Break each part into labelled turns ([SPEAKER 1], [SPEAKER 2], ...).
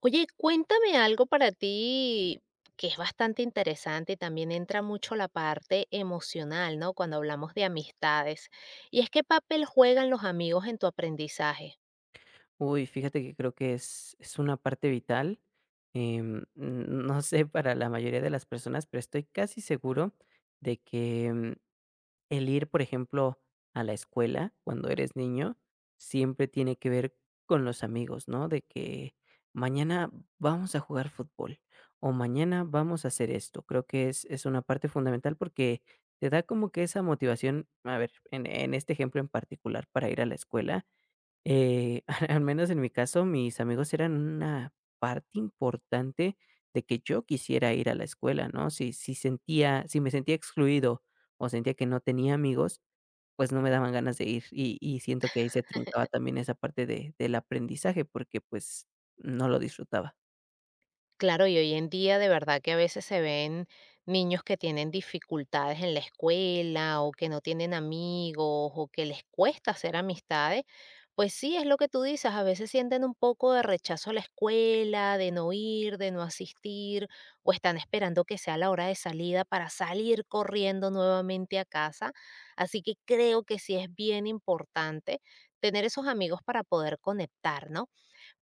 [SPEAKER 1] Oye, cuéntame algo para ti que es bastante interesante y también entra mucho la parte emocional, ¿no? Cuando hablamos de amistades. Y es qué papel juegan los amigos en tu aprendizaje.
[SPEAKER 2] Uy, fíjate que creo que es una parte vital. em, no sé para la mayoría de las personas, pero estoy casi seguro de que el ir, por ejemplo, a la escuela cuando eres niño, siempre tiene que ver con los amigos, ¿no? De que mañana vamos a jugar fútbol o mañana vamos a hacer esto. Creo que es una parte fundamental porque te da como que esa motivación, a ver, en este ejemplo en particular para ir a la escuela eh, al menos en mi caso, mis amigos eran una parte importante de que yo quisiera ir a la escuela, ¿no? Si me sentía excluido o sentía que no tenía amigos, pues no me daban ganas de ir. Y siento que ahí se truncaba también esa parte del aprendizaje, porque pues no lo disfrutaba.
[SPEAKER 1] Claro, y hoy en día de verdad que a veces se ven niños que tienen dificultades en la escuela o que no tienen amigos o que les cuesta hacer amistades, pues sí, es lo que tú dices, a veces sienten un poco de rechazo a la escuela, de no ir, de no asistir, o están esperando que sea la hora de salida para salir corriendo nuevamente a casa. Así que creo que sí es bien importante tener esos amigos para poder conectar, ¿no?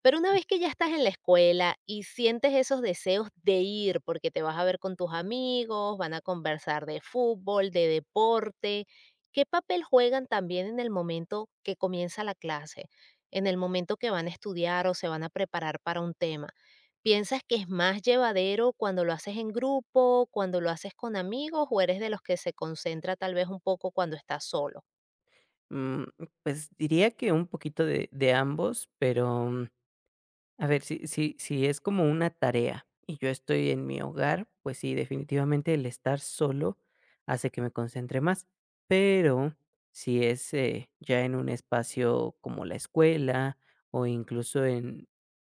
[SPEAKER 1] Pero una vez que ya estás en la escuela y sientes esos deseos de ir, porque te vas a ver con tus amigos, van a conversar de fútbol, de deporte, ¿qué papel juegan también en el momento que comienza la clase? En el momento que van a estudiar o se van a preparar para un tema. ¿Piensas que es más llevadero cuando lo haces en grupo, cuando lo haces con amigos o eres de los que se concentra tal vez un poco cuando estás solo?
[SPEAKER 2] Mm, pues diría que un poquito de ambos, pero a ver, si es como una tarea y yo estoy en mi hogar, pues sí, definitivamente el estar solo hace que me concentre más. Pero si es, ya en un espacio como la escuela o incluso en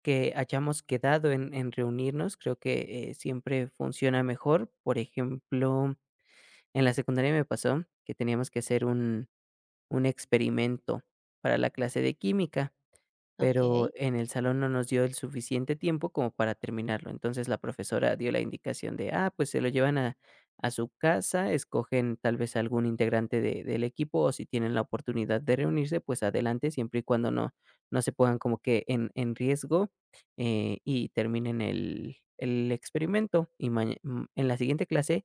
[SPEAKER 2] que hayamos quedado en reunirnos, creo que, siempre funciona mejor. Por ejemplo, en la secundaria me pasó que teníamos que hacer un experimento para la clase de química, pero
[SPEAKER 1] Ok.
[SPEAKER 2] en el salón no nos dio el suficiente tiempo como para terminarlo. Entonces la profesora dio la indicación de, ah, pues se lo llevan a su casa, escogen tal vez algún integrante del equipo o si tienen la oportunidad de reunirse, pues adelante, siempre y cuando no, no se pongan como que en, en riesgo, y terminen el experimento. Y en la siguiente clase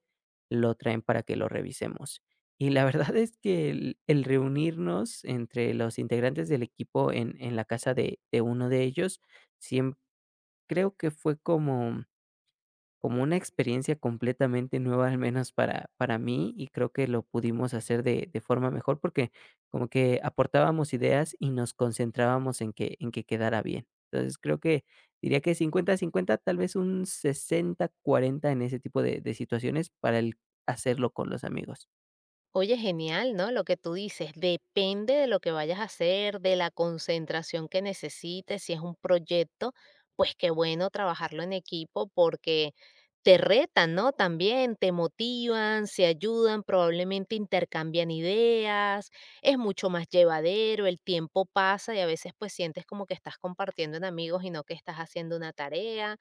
[SPEAKER 2] lo traen para que lo revisemos. Y la verdad es que el reunirnos entre los integrantes del equipo en la casa de uno de ellos, siem creo que fue como una experiencia completamente nueva, al menos para mí, y creo que lo pudimos hacer de forma mejor, porque como que aportábamos ideas y nos concentrábamos en que quedara bien. Entonces, creo que diría que 50-50, tal vez un 60-40 en ese tipo de situaciones para el hacerlo con los amigos.
[SPEAKER 1] Oye, genial, ¿no? Lo que tú dices, depende de lo que vayas a hacer, de la concentración que necesites, si es un proyecto, pues qué bueno trabajarlo en equipo porque te retan, ¿no? También te motivan, se ayudan, probablemente intercambian ideas, es mucho más llevadero, el tiempo pasa y a veces pues sientes como que estás compartiendo en amigos y no que estás haciendo una tarea.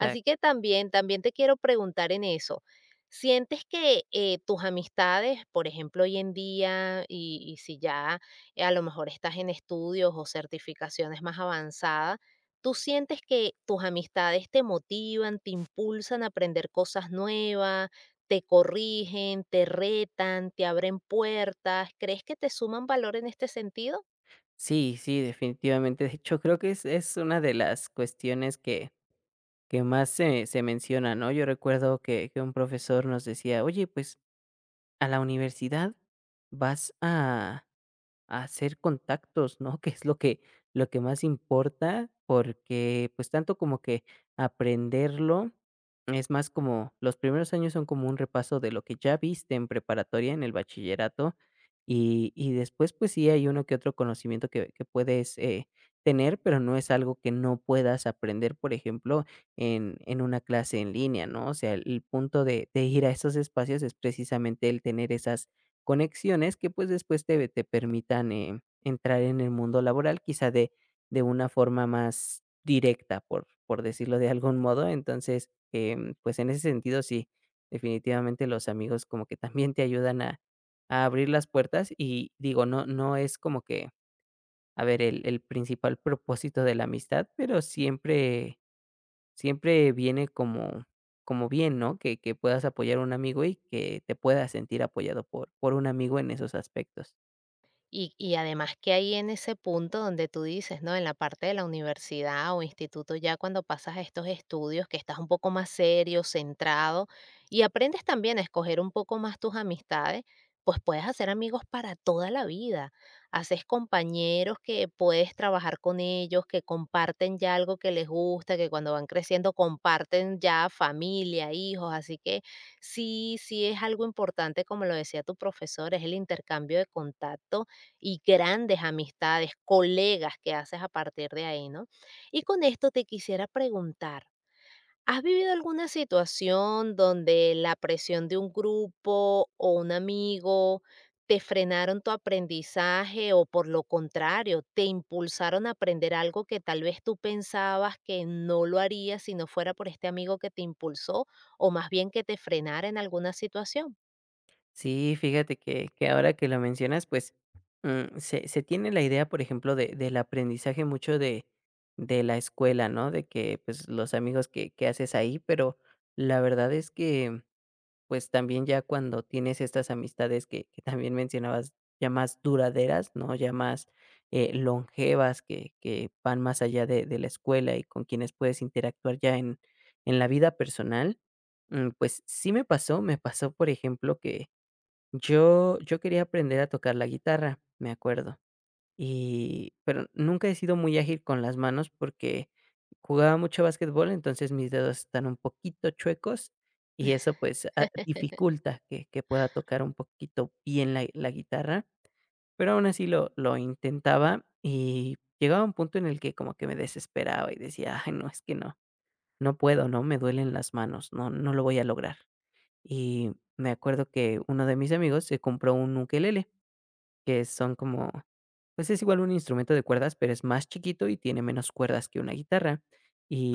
[SPEAKER 1] Así que también, también te quiero preguntar en eso. ¿Sientes que, tus amistades, por ejemplo, hoy en día, y si ya, a lo mejor estás en estudios o certificaciones más avanzadas, tú sientes que tus amistades te motivan, te impulsan a aprender cosas nuevas, te corrigen, te retan, te abren puertas? ¿Crees que te suman valor en este sentido?
[SPEAKER 2] Sí, sí, definitivamente. De hecho, creo que es una de las cuestiones que más se menciona, ¿no? Yo recuerdo que un profesor nos decía: "Oye, pues, a la universidad vas a hacer contactos, ¿no?" Que es lo que más importa, porque, pues, tanto como que aprenderlo, es más como los primeros años son como un repaso de lo que ya viste en preparatoria, en el bachillerato, y después, pues sí, hay uno que otro conocimiento que puedes, tener, pero no es algo que no puedas aprender, por ejemplo, en una clase en línea, ¿no? O sea, el punto de ir a esos espacios es precisamente el tener esas conexiones que, pues, después te permitan, entrar en el mundo laboral, quizá de una forma más directa, por decirlo de algún modo. Entonces, pues, en ese sentido, sí, definitivamente los amigos como que también te ayudan a abrir las puertas, y digo, no no es como que, a ver, el principal propósito de la amistad, pero siempre viene como bien, ¿no? Que puedas apoyar a un amigo y que te puedas sentir apoyado por un amigo en esos aspectos.
[SPEAKER 1] Y además que ahí en ese punto donde tú dices, ¿no? En la parte de la universidad o instituto, ya cuando pasas a estos estudios, que estás un poco más serio, centrado, y aprendes también a escoger un poco más tus amistades, pues puedes hacer amigos para toda la vida. Haces compañeros que puedes trabajar con ellos, que comparten ya algo que les gusta, que cuando van creciendo comparten ya familia, hijos, así que sí, sí es algo importante, como lo decía tu profesor, es el intercambio de contacto y grandes amistades, colegas que haces a partir de ahí, ¿no? Y con esto te quisiera preguntar, ¿has vivido alguna situación donde la presión de un grupo o un amigo te frenaron tu aprendizaje o por lo contrario, te impulsaron a aprender algo que tal vez tú pensabas que no lo harías si no fuera por este amigo que te impulsó o más bien que te frenara en alguna situación?
[SPEAKER 2] Sí, fíjate que ahora que lo mencionas, pues, se tiene la idea, por ejemplo, de del aprendizaje mucho de la escuela, ¿no? De que, pues, los amigos que haces ahí, pero la verdad es que, también ya cuando tienes estas amistades que también mencionabas, ya más duraderas, ¿no? Ya más, longevas, que van más allá de la escuela y con quienes puedes interactuar ya en la vida personal. Pues, sí me pasó, por ejemplo, que yo quería aprender a tocar la guitarra, me acuerdo. Y pero nunca he sido muy ágil con las manos porque jugaba mucho básquetbol, entonces mis dedos están un poquito chuecos y eso, pues, ah, dificulta que pueda tocar un poquito bien la guitarra, pero aún así lo intentaba y llegaba un punto en el que como que me desesperaba y decía: "Ay, no, es que no, no puedo, ¿no? Me duelen las manos, no no lo voy a lograr". Y me acuerdo que uno de mis amigos se compró un ukelele, que son como, pues es igual un instrumento de cuerdas, pero es más chiquito y tiene menos cuerdas que una guitarra.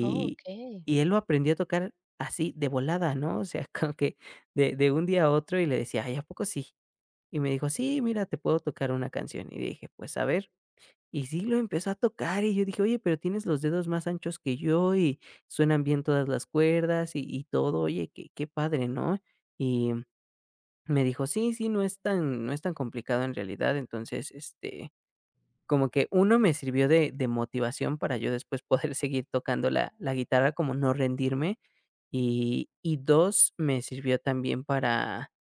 [SPEAKER 1] Oh, ok.
[SPEAKER 2] y él lo aprendió a tocar así de volada, ¿no? O sea, como que de un día a otro, y le decía: "Ay, ¿a poco sí?". Y me dijo: "Sí, mira, te puedo tocar una canción". Y dije: "Pues a ver". Y sí lo empezó a tocar y yo dije: "Oye, pero tienes los dedos más anchos que yo y suenan bien todas las cuerdas y todo, oye, qué padre, ¿no?". Y me dijo: "Sí, sí, no es tan complicado en realidad". Entonces, como que uno me sirvió de motivación para yo después poder seguir tocando la guitarra, como no rendirme, y 2 me sirvió también para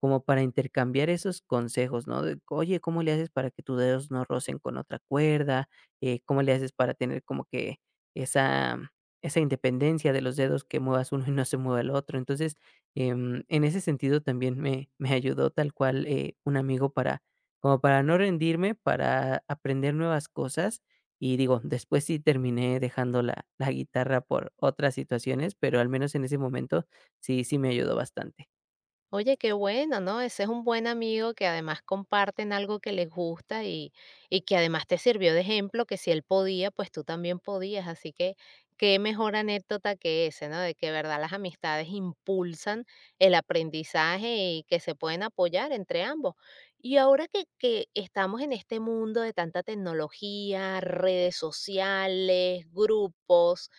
[SPEAKER 2] como para intercambiar esos consejos, ¿no? De, oye, ¿cómo le haces para que tus dedos no rocen con otra cuerda? ¿Cómo le haces para tener como que esa, esa, independencia de los dedos, que muevas uno y no se mueva el otro? Entonces, en ese sentido también me ayudó tal cual, un amigo para, como para no rendirme, para aprender nuevas cosas. Y digo, después sí terminé dejando la guitarra por otras situaciones, pero al menos en ese momento sí, sí me ayudó bastante.
[SPEAKER 1] Oye, qué bueno, ¿no? Ese es un buen amigo que además comparten algo que les gusta y que además te sirvió de ejemplo que si él podía, pues tú también podías. Así que qué mejor anécdota que ese, ¿no? De que de verdad las amistades impulsan el aprendizaje y que se pueden apoyar entre ambos. Y ahora que estamos en este mundo de tanta tecnología, redes sociales, grupos,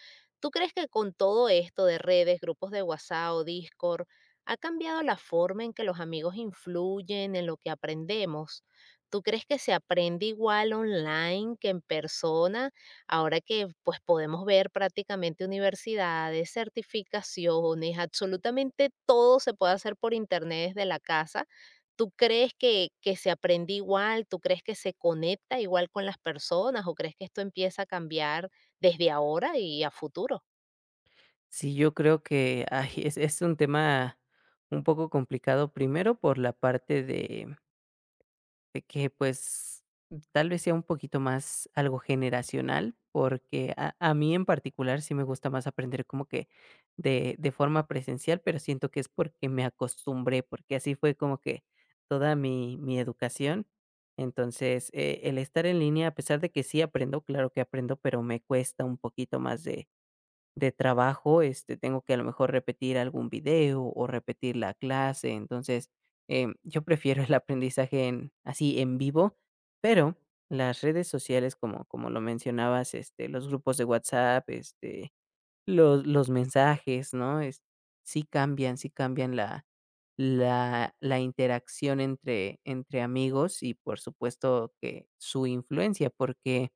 [SPEAKER 1] ¿tú crees que con todo esto de redes, grupos de WhatsApp o Discord, ¿ha cambiado la forma en que los amigos influyen en lo que aprendemos? ¿Tú crees que se aprende igual online que en persona ahora que pues podemos ver prácticamente universidades, certificaciones, absolutamente todo se puede hacer por internet desde la casa? ¿Tú crees que se aprende igual? ¿Tú crees que se conecta igual con las personas o crees que esto empieza a cambiar desde ahora y a futuro?
[SPEAKER 2] Sí, yo creo que, ay, es un tema un poco complicado, primero por la parte de que, pues, tal vez sea un poquito más algo generacional, porque a mí en particular sí me gusta más aprender como que de forma presencial, pero siento que es porque me acostumbré, porque así fue como que toda mi educación. Entonces, el estar en línea, a pesar de que sí aprendo, claro que aprendo, pero me cuesta un poquito más de trabajo, tengo que a lo mejor repetir algún video o repetir la clase. Entonces, yo prefiero el aprendizaje en, así en vivo, pero las redes sociales, como, como lo mencionabas, los grupos de WhatsApp, los mensajes, ¿no? Es, sí cambian la interacción entre amigos, y por supuesto que su influencia, porque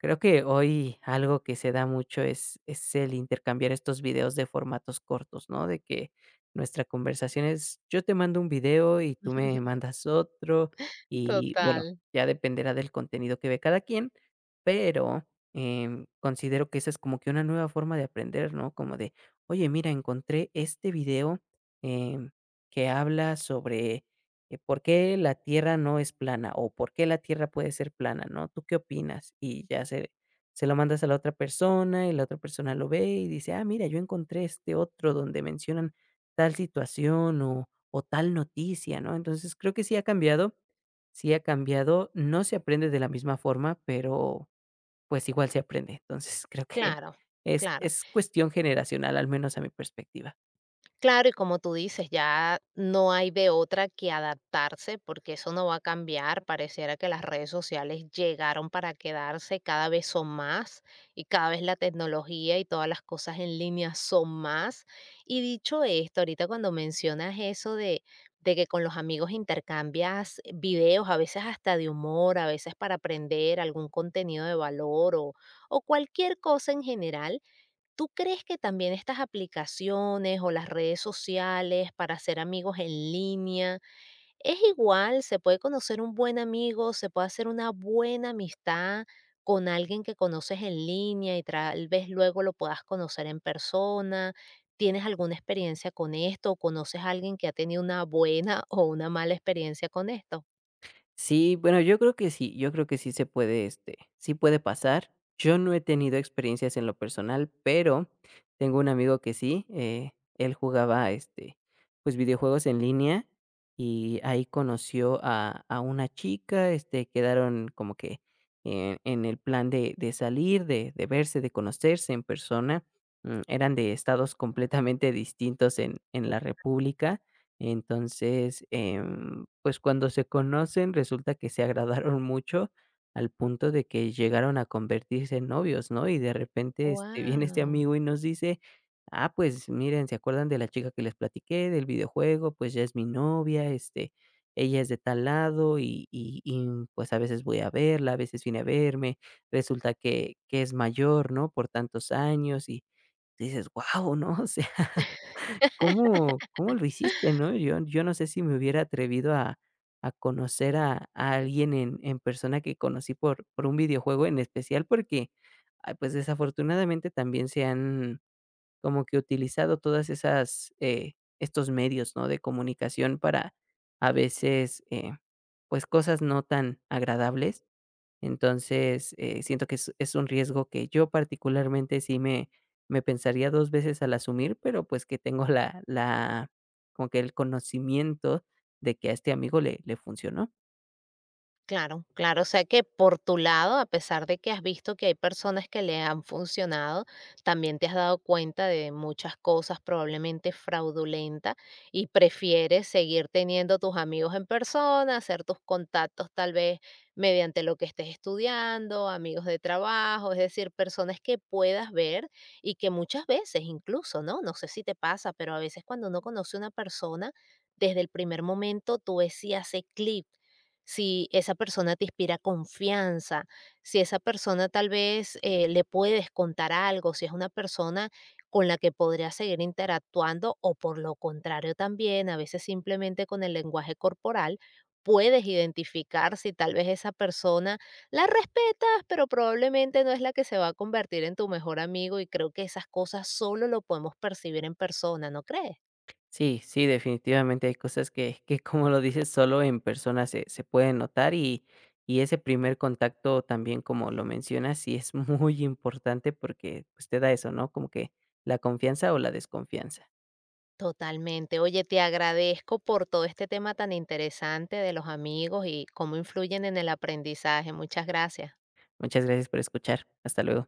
[SPEAKER 2] creo que hoy algo que se da mucho es el intercambiar estos videos de formatos cortos, ¿no? De que nuestra conversación es, yo te mando un video y tú me mandas otro, y bueno,
[SPEAKER 1] Total.
[SPEAKER 2] ya dependerá del contenido que ve cada quien, pero, considero que esa es como que una nueva forma de aprender, ¿no? Como de, oye, mira, encontré este video, em, que habla sobre ¿por qué la Tierra no es plana? O ¿por qué la Tierra puede ser plana? ¿No? ¿Tú qué opinas? Y ya se lo mandas a la otra persona y la otra persona lo ve y dice: ah, mira, yo encontré este otro donde mencionan tal situación o tal noticia, ¿no? Entonces creo que sí ha cambiado, no se aprende de la misma forma, pero pues igual se aprende. Entonces creo que
[SPEAKER 1] Claro,
[SPEAKER 2] es,
[SPEAKER 1] claro.
[SPEAKER 2] es cuestión generacional, al menos a mi perspectiva.
[SPEAKER 1] Claro, y como tú dices, ya no hay de otra que adaptarse porque eso no va a cambiar. Pareciera que las redes sociales llegaron para quedarse, cada vez son más y cada vez la tecnología y todas las cosas en línea son más. Y dicho esto, ahorita cuando mencionas eso de que con los amigos intercambias videos, a veces hasta de humor, a veces para aprender algún contenido de valor o cualquier cosa en general, ¿tú crees que también estas aplicaciones o las redes sociales para hacer amigos en línea es igual? ¿Se puede conocer un buen amigo? ¿Se puede hacer una buena amistad con alguien que conoces en línea y tal vez luego lo puedas conocer en persona? ¿Tienes alguna experiencia con esto? ¿O conoces a alguien que ha tenido una buena o una mala experiencia con esto?
[SPEAKER 2] Sí, bueno, yo creo que sí, yo creo que sí se puede, sí puede pasar. Yo no he tenido experiencias en lo personal, pero tengo un amigo que sí, él jugaba, pues, videojuegos en línea, y ahí conoció a una chica, quedaron como que en el plan de salir, de verse, de conocerse en persona. Eran de estados completamente distintos en la república, entonces, pues cuando se conocen, resulta que se agradaron mucho al punto de que llegaron a convertirse en novios, ¿no? Y de repente, viene este
[SPEAKER 1] ¡Wow!
[SPEAKER 2] amigo y nos dice: "Ah, pues miren, ¿se acuerdan de la chica que les platiqué, del videojuego? Pues ya es mi novia, ella es de tal lado y, pues, a veces voy a verla, a veces viene a verme, resulta que es mayor, ¿no?, por tantos años", y dices: "Guau", ¿no? ¿Cómo lo hiciste, ¿no? Yo no sé si me hubiera atrevido a conocer a alguien en persona que conocí por un videojuego en especial, porque, ah, pues, desafortunadamente también se han como que utilizado todas esas, estos medios, ¿no?, de comunicación para a veces, pues, cosas no tan agradables. Entonces, siento que es un riesgo que yo particularmente sí me pensaría 2 veces al asumir, pero, pues, que tengo la como que el conocimiento de que a este amigo le funcionó.
[SPEAKER 1] Claro, claro. O sea que por tu lado, a pesar de que has visto que hay personas que le han funcionado, también te has dado cuenta de muchas cosas probablemente fraudulentas y prefieres seguir teniendo tus amigos en persona, hacer tus contactos tal vez mediante lo que estés estudiando, amigos de trabajo, es decir, personas que puedas ver y que muchas veces incluso, ¿no? No sé si te pasa, pero a veces cuando uno conoce a una persona, desde el primer momento tú ves si hace clic, si esa persona te inspira confianza, si esa persona tal vez le puedes contar algo, si es una persona con la que podrías seguir interactuando o por lo contrario también, a veces simplemente con el lenguaje corporal puedes identificar si tal vez esa persona la respetas, pero probablemente no es la que se va a convertir en tu mejor amigo y creo que esas cosas solo lo podemos percibir en persona, ¿no crees?
[SPEAKER 2] Sí, sí, definitivamente hay cosas que, como lo dices, solo en persona se pueden notar, y ese primer contacto también, como lo mencionas, sí es muy importante porque, pues, te da eso, ¿no? Como que la confianza o la desconfianza.
[SPEAKER 1] Totalmente. Oye, te agradezco por todo este tema tan interesante de los amigos y cómo influyen en el aprendizaje. Muchas gracias.
[SPEAKER 2] Muchas gracias por escuchar. Hasta luego.